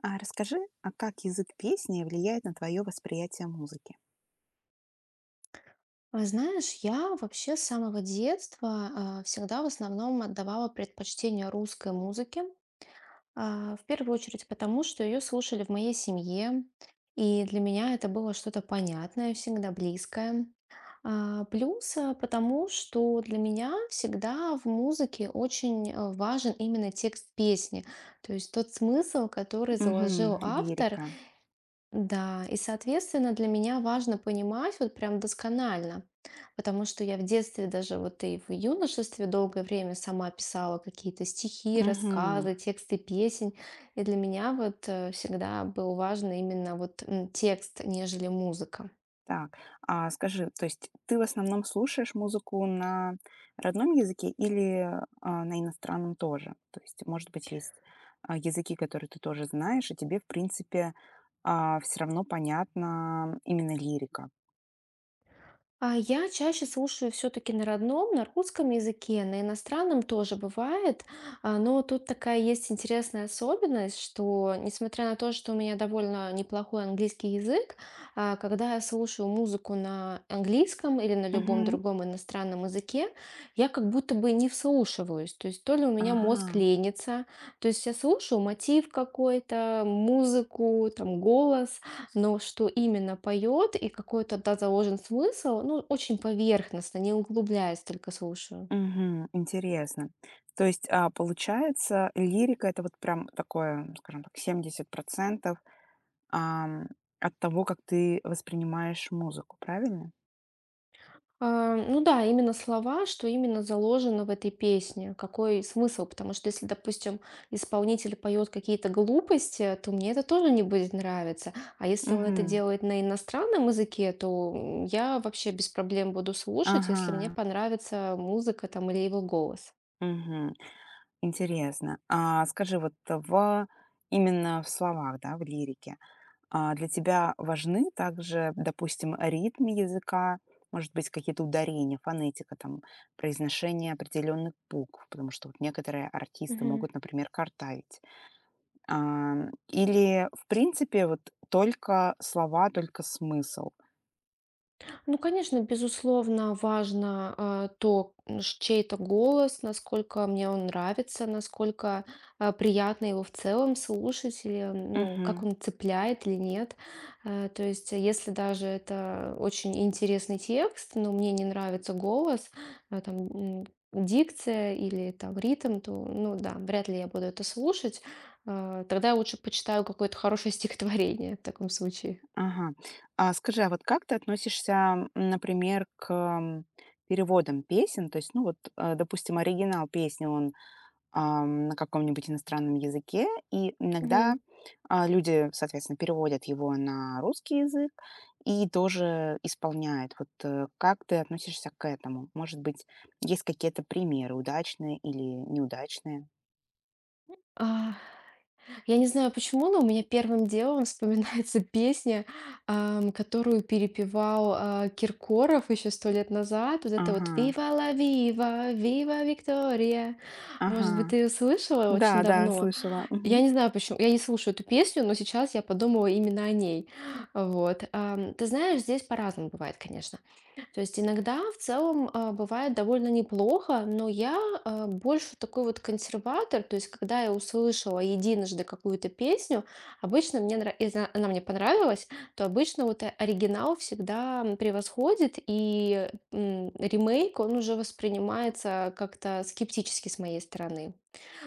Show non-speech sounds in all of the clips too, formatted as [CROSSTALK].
А расскажи, как язык песни влияет на твое восприятие музыки? Знаешь, я вообще с самого детства всегда в основном отдавала предпочтение русской музыке, в первую очередь потому, что ее слушали в моей семье, и для меня это было что-то понятное, всегда близкое. Плюс, потому что для меня всегда в музыке очень важен именно текст песни, то есть тот смысл, который заложил Мгм. автор, Лирика. да, и, соответственно, для меня важно понимать вот прям досконально, потому что я в детстве даже вот и в юношестве долгое время сама писала какие-то стихи, Мгм. рассказы, тексты песен, и для меня вот всегда был важен именно вот текст, нежели музыка. Так, скажи, то есть ты в основном слушаешь музыку на родном языке или на иностранном тоже? То есть, может быть, есть языки, которые ты тоже знаешь, и тебе, в принципе, все равно понятна именно лирика. Я чаще слушаю все-таки на родном, на русском языке, на иностранном тоже бывает, но тут такая есть интересная особенность, что несмотря на то, что у меня довольно неплохой английский язык, когда я слушаю музыку на английском или на любом Мгм. другом иностранном языке, я как будто бы не вслушиваюсь, то есть то ли у меня мозг Ага. ленится, то есть я слушаю мотив какой-то, музыку, там голос, но что именно поет и какой тогда заложен смысл, ну, очень поверхностно, не углубляясь, только слушаю. Мгм. Интересно. То есть, получается, лирика- это вот прям такое, скажем так, 70% ам, от того, как ты воспринимаешь музыку, правильно? Ну да, именно слова, что именно заложено в этой песне, какой смысл, потому что если, допустим, исполнитель поет какие-то глупости, то мне это тоже не будет нравиться. А если он это Мгм. делает на иностранном языке, то я вообще без проблем буду слушать, если мне Ага. понравится музыка там или его голос. Мгм. Интересно. А скажи, вот в именно в словах, да, в лирике, для тебя важны также, допустим, ритм языка, может быть, какие-то ударения, фонетика, там, произношение определенных букв, потому что вот некоторые артисты могут, например, картавить. А, или, в принципе, вот только слова, только смысл. Ну, конечно, безусловно, важно то, чей-то голос, насколько мне он нравится, насколько приятно его в целом слушать, или ну, как Мгм. он цепляет или нет. То есть, если даже это очень интересный текст, но мне не нравится голос, там, дикция или там ритм, то, ну да, вряд ли я буду это слушать. Тогда я лучше почитаю какое-то хорошее стихотворение в таком случае. Ага. А скажи, вот как ты относишься, например, к переводам песен? То есть, ну вот, допустим, оригинал песни, он на каком-нибудь иностранном языке, и иногда Мгм. Люди, соответственно, переводят его на русский язык и тоже исполняют. Вот как ты относишься к этому? Может быть, есть какие-то примеры удачные или неудачные? Я не знаю почему, но у меня первым делом [LAUGHS] вспоминается песня, которую перепевал, Киркоров еще 100 лет назад. Вот это вот Ага, "Viva la viva, viva Victoria". Может быть, ага. ты ее слышала очень Да, да, давно? слышала. Я Мгм. не знаю почему, я не слушаю эту песню, но сейчас я подумала именно о ней. Вот. Ты знаешь, здесь по-разному бывает, конечно. То есть иногда в целом бывает довольно неплохо, но я больше такой вот консерватор. То есть когда я услышала единожды какую-то песню, обычно мне она мне понравилась, то обычно вот оригинал всегда превосходит, и ремейк он уже воспринимается как-то скептически с моей стороны.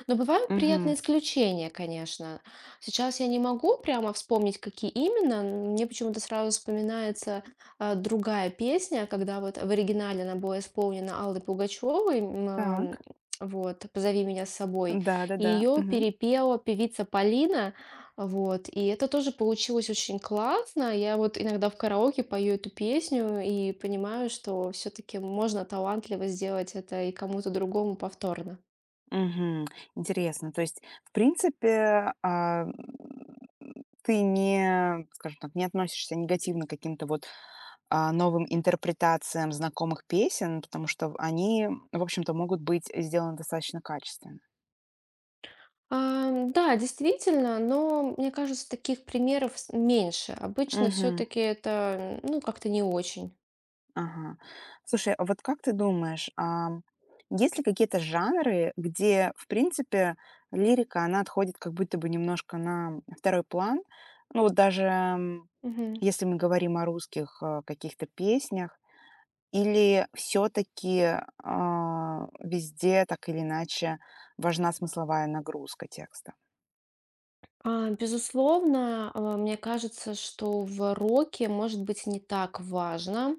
Но бывают Мгм. приятные исключения, конечно. Сейчас я не могу прямо вспомнить, какие именно. Мне почему-то сразу вспоминается другая песня, когда вот в оригинале она была исполнена Аллой Пугачевой. Так. Вот, «Позови меня с собой». Да, да, И да. ее Мгм. перепела певица Полина, вот. И это тоже получилось очень классно. Я вот иногда в караоке пою эту песню и понимаю, что все-таки можно талантливо сделать это и кому-то другому повторно. Мгм. Интересно. То есть, в принципе, ты не, скажем так, не относишься негативно к каким-то вот новым интерпретациям знакомых песен, потому что они, в общем-то, могут быть сделаны достаточно качественно. Да, действительно, но мне кажется, таких примеров меньше. Обычно Мгм. все-таки это, ну, как-то не очень. Ага. Слушай, вот как ты думаешь, есть ли какие-то жанры, где, в принципе, лирика, она отходит как будто бы немножко на второй план? Ну вот даже Мгм. если мы говорим о русских каких-то песнях, или все-таки везде так или иначе важна смысловая нагрузка текста? Безусловно, мне кажется, что в роке может быть не так важно,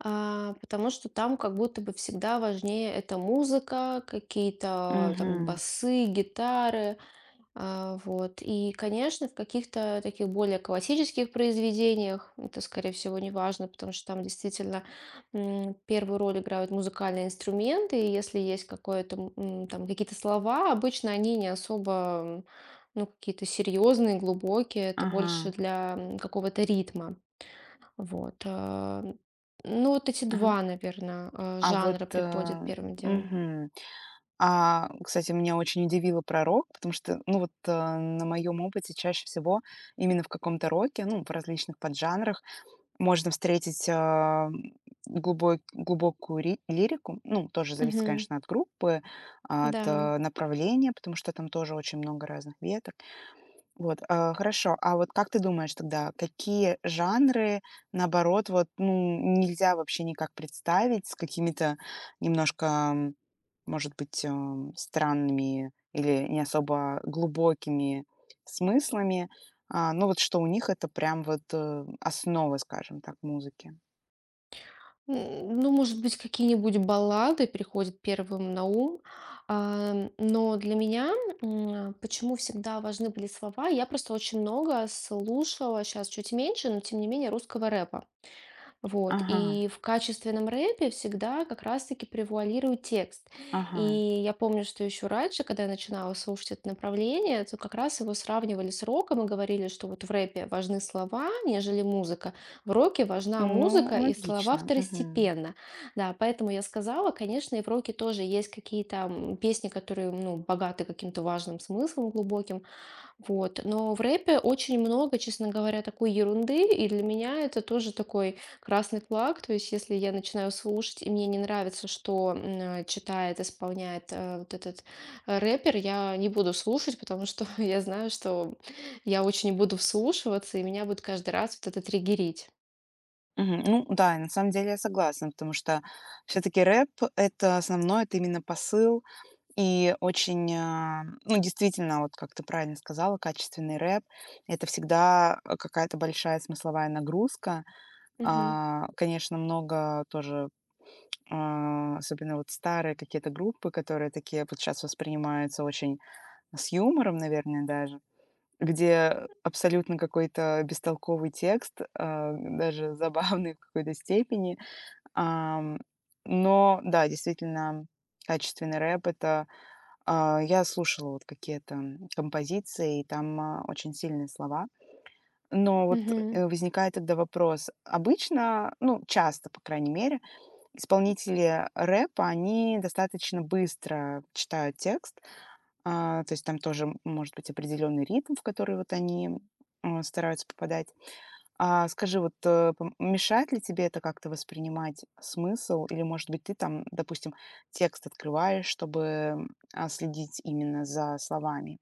потому что там как будто бы всегда важнее это музыка, какие-то там Мгм. басы, гитары. Вот. И, конечно, в каких-то таких более классических произведениях это, скорее всего, не важно, потому что там действительно первую роль играют музыкальные инструменты, и если есть какое-то, там какие-то слова, обычно они не особо, м, ну, какие-то серьезные, глубокие, это Ага, больше для какого-то ритма. Вот. Ну, вот эти ага. два, наверное, А вот, жанра приходят э, первым делом. мгм. Кстати, меня очень удивило про рок, потому что, ну, вот, на моем опыте чаще всего именно в каком-то роке, ну, в различных поджанрах можно встретить, глубокую ри лирику. Ну, тоже зависит, Мгм. конечно, от группы, от, Да. Направления, потому что там тоже очень много разных ветров. Вот, хорошо. А вот как ты думаешь тогда, какие жанры, наоборот, вот, ну, нельзя вообще никак представить с какими-то немножко, может быть, странными или не особо глубокими смыслами? Ну, вот что у них это прям вот основа, скажем так, музыки. Ну, может быть, какие-нибудь баллады приходят первым на ум. Но для меня, почему всегда важны были слова, я просто очень много слушала, сейчас чуть меньше, но тем не менее русского рэпа. Вот. Ага, И в качественном рэпе всегда как раз-таки превуалирует текст. И ага. я помню, что еще раньше, когда я начинала слушать это направление, то как раз его сравнивали с роком и говорили, что вот в рэпе важны слова, нежели музыка. В роке важна Ну, музыка и слова логично. Мгм. второстепенно. Да, поэтому я сказала, конечно, и в роке тоже есть какие-то песни, которые, ну, богаты каким-то важным смыслом глубоким, вот. Но в рэпе очень много, честно говоря, такой ерунды, и для меня это тоже такой красный флаг. То есть, если я начинаю слушать, и мне не нравится, что читает, исполняет вот этот рэпер, я не буду слушать, потому что [LAUGHS] я знаю, что я очень буду вслушиваться, и меня будет каждый раз вот это триггерить. Мгм. Ну да, и на самом деле я согласна, потому что все-таки рэп это основное, это именно посыл, и очень, ну, действительно, вот как ты правильно сказала, качественный рэп- это всегда, какая-то большая смысловая нагрузка. Мгм. Конечно, много тоже, особенно вот старые какие-то группы, которые такие вот сейчас воспринимаются очень с юмором, наверное, даже, где абсолютно какой-то бестолковый текст, даже [LAUGHS] забавный в какой-то степени. Ам, но да, действительно, качественный рэп- это я слушала вот какие-то, композиции, и там, очень сильные слова. Но вот, Мгм. Возникает тогда вопрос. Обычно, ну, часто, по крайней мере, исполнители рэпа, они достаточно быстро читают текст, то есть там тоже может быть определенный ритм, в который вот они, стараются попадать. А скажи, вот, э, пом мешает ли тебе это как-то воспринимать смысл? Или, может быть, ты там, допустим, текст открываешь, чтобы, следить именно за словами?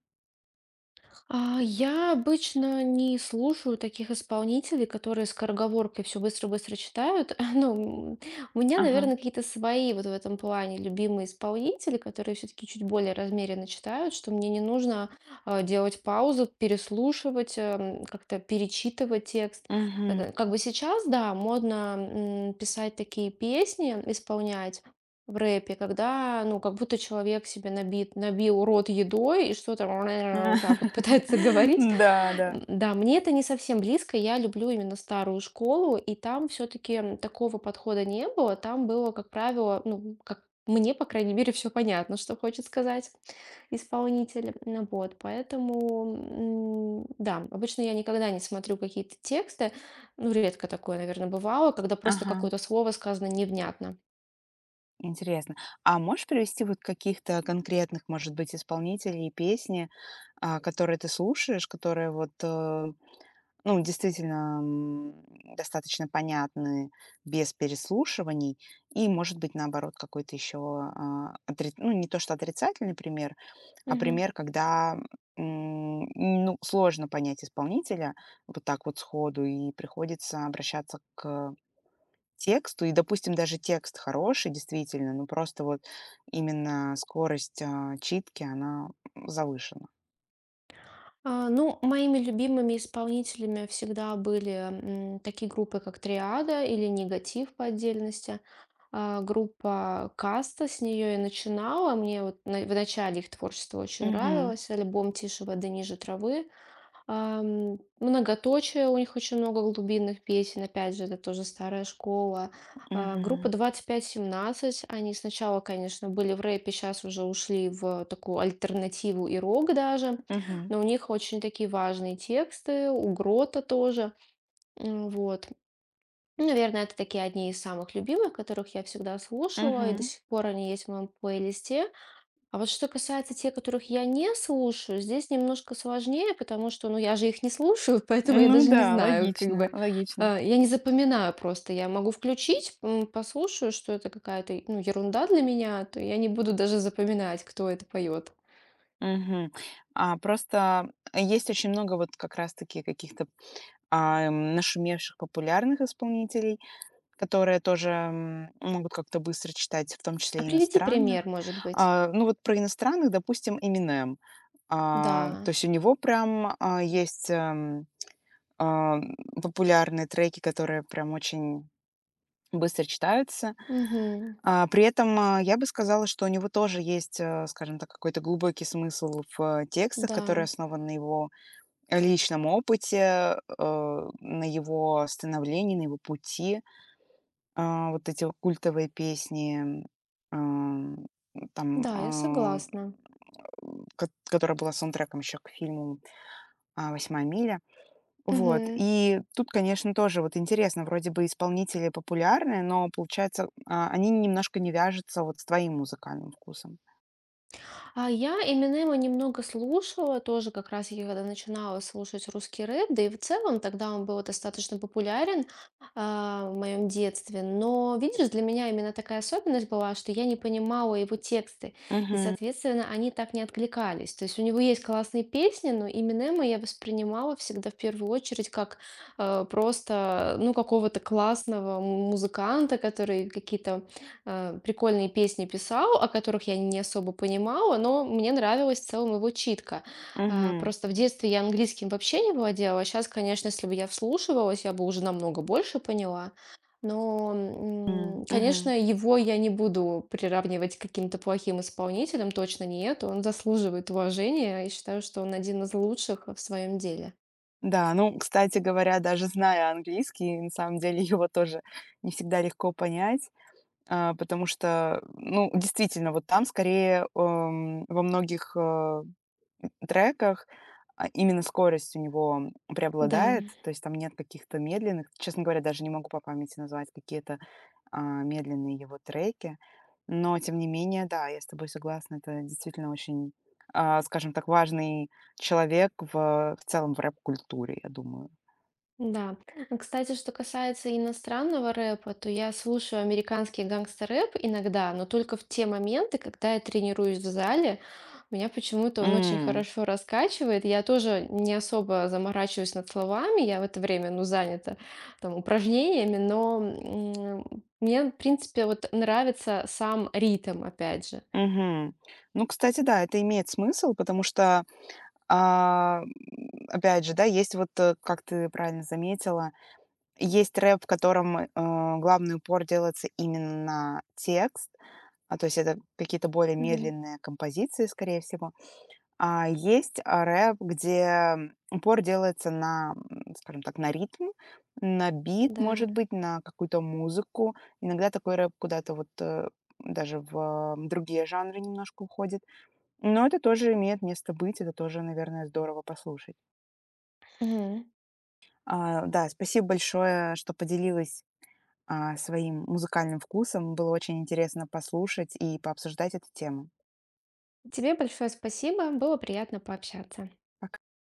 Я обычно не слушаю таких исполнителей, которые скороговоркой все быстро-быстро читают. [LAUGHS] Ну, у меня, Ага. наверное, какие-то свои вот в этом плане любимые исполнители, которые все-таки чуть более размеренно читают, что мне не нужно делать паузу, переслушивать, как-то перечитывать текст. Мгм. Это как бы сейчас, да, модно писать такие песни, исполнять, в рэпе, когда, ну, как будто человек набил рот едой и что-то [LAUGHS] вот так вот [LAUGHS] пытается [LAUGHS] говорить. Да, да. Да, мне это не совсем близко. Я люблю именно старую школу, и там все-таки такого подхода не было. Там было, как правило, ну, как мне, по крайней мере, все понятно, что хочет сказать исполнитель. Ну, вот, поэтому, да, обычно я никогда не смотрю какие-то тексты. Ну, редко такое, наверное, бывало, когда просто Ага. какое-то слово сказано невнятно. Интересно. А можешь привести вот каких-то конкретных, может быть, исполнителей песни, которые ты слушаешь, которые вот, ну, действительно, достаточно понятны без переслушиваний. И, может быть, наоборот, какой-то еще, ну, не то что отрицательный пример, а Мгм. пример, когда ну, сложно понять исполнителя вот так вот сходу, и приходится обращаться к тексту, и, допустим, даже текст хороший, действительно, но просто вот именно скорость читки, она завышена. Ну, моими любимыми исполнителями всегда были такие группы, как Триада или Негатив по отдельности. Группа Каста, с нее я начинала. Мне вот в начале их творчество очень Мгм. нравилось. Альбом «Тише воды, ниже травы». Многоточие, у них очень много глубинных песен, опять же, это тоже старая школа. Мгм. Группа 25/17, они сначала, конечно, были в рэпе, сейчас уже ушли в такую альтернативу и рок даже, Мгм. но у них очень такие важные тексты, у Грота тоже, вот. Ну, наверное, это такие одни из самых любимых, которых я всегда слушала, и до Мгм. сих пор они есть в моем плейлисте. А вот что касается тех, которых я не слушаю, здесь немножко сложнее, потому что, ну, я же их не слушаю, [LAUGHS] поэтому я Ну даже не да, знаю, как логично, бы, логично. Я не запоминаю просто. Я могу включить, послушаю, что это какая-то, ну, ерунда для меня, то я не буду даже запоминать, кто это поет. Мгм. Просто есть очень много вот как раз-таки каких-то, нашумевших популярных исполнителей, которые тоже, могут как-то быстро читать, в том А числе приведи пример, иностранных. может быть. Ну вот про иностранных, допустим, Eminem. То Да. есть у него прям, есть, а, популярные треки, которые прям очень быстро читаются. Мгм. При этом, я бы сказала, что у него тоже есть, скажем так, какой-то глубокий смысл в, текстах, который Да. основан на его личном опыте, на его становлении, на его пути. Вот эти вот культовые песни, ам, там, Да, я а, согласна. ко которая была саундтреком еще к фильму, "Восьмая миля". Вот. Мгм. И тут, конечно, тоже вот интересно, вроде бы исполнители популярные, но получается, они немножко не вяжутся вот с твоим музыкальным вкусом. А я Эминема немного слушала тоже, как раз я когда начинала слушать русский рэп, да и в целом тогда он был достаточно популярен в моем детстве. Но, видишь, для меня именно такая особенность была, что я не понимала его тексты, и, Мгм. соответственно, они так не откликались. То есть у него есть классные песни, но Эминема я воспринимала всегда в первую очередь как просто, ну, какого-то классного музыканта, который какие-то прикольные песни писал, о которых я не особо понимала, но мне нравилась в целом его читка. Мгм. Просто в детстве я английским вообще не владела. Сейчас, конечно, если бы я вслушивалась, я бы уже намного больше поняла. Но, М, конечно, мгм. его я не буду приравнивать к каким-то плохим исполнителям, точно нет. Он заслуживает уважения и считаю, что он один из лучших в своем деле. Да, ну, кстати говоря, даже зная английский, на самом деле [LAUGHS] его тоже не всегда легко понять, потому что, ну, действительно, вот там скорее во многих треках, именно скорость у него Да. преобладает, то есть там нет каких-то медленных. Честно говоря, даже не могу по памяти назвать какие-то медленные его треки. Но, тем не менее, да, я с тобой согласна, это действительно очень, скажем так, важный человек в целом в рэп-культуре, я думаю. Да. Кстати, что касается иностранного рэпа, то я слушаю американский гангстер-рэп иногда, но только в те моменты, когда я тренируюсь в зале. Меня почему-то он очень М, хорошо раскачивает. Я тоже не особо заморачиваюсь над словами. Я в это время, ну, занята там упражнениями, но мне, в принципе, вот нравится сам ритм, опять же. мгм. Ну, кстати, да, это имеет смысл, потому что, а, м, опять же, да, есть вот, как ты правильно заметила, есть рэп, в котором, главный упор делается именно на текст, то есть это какие-то более Мгм. медленные композиции, скорее всего. А есть, рэп, где, упор делается на, скажем так, на ритм, на бит, Да. может быть, на какую-то музыку. Иногда такой рэп куда-то вот, даже в, другие жанры немножко уходит. Но это тоже имеет место быть, это тоже, наверное, здорово послушать. Мгм. Да, спасибо большое, что поделилась своим музыкальным вкусом. Было очень интересно послушать и пообсуждать эту тему. Тебе большое спасибо. Было приятно пообщаться. Пока.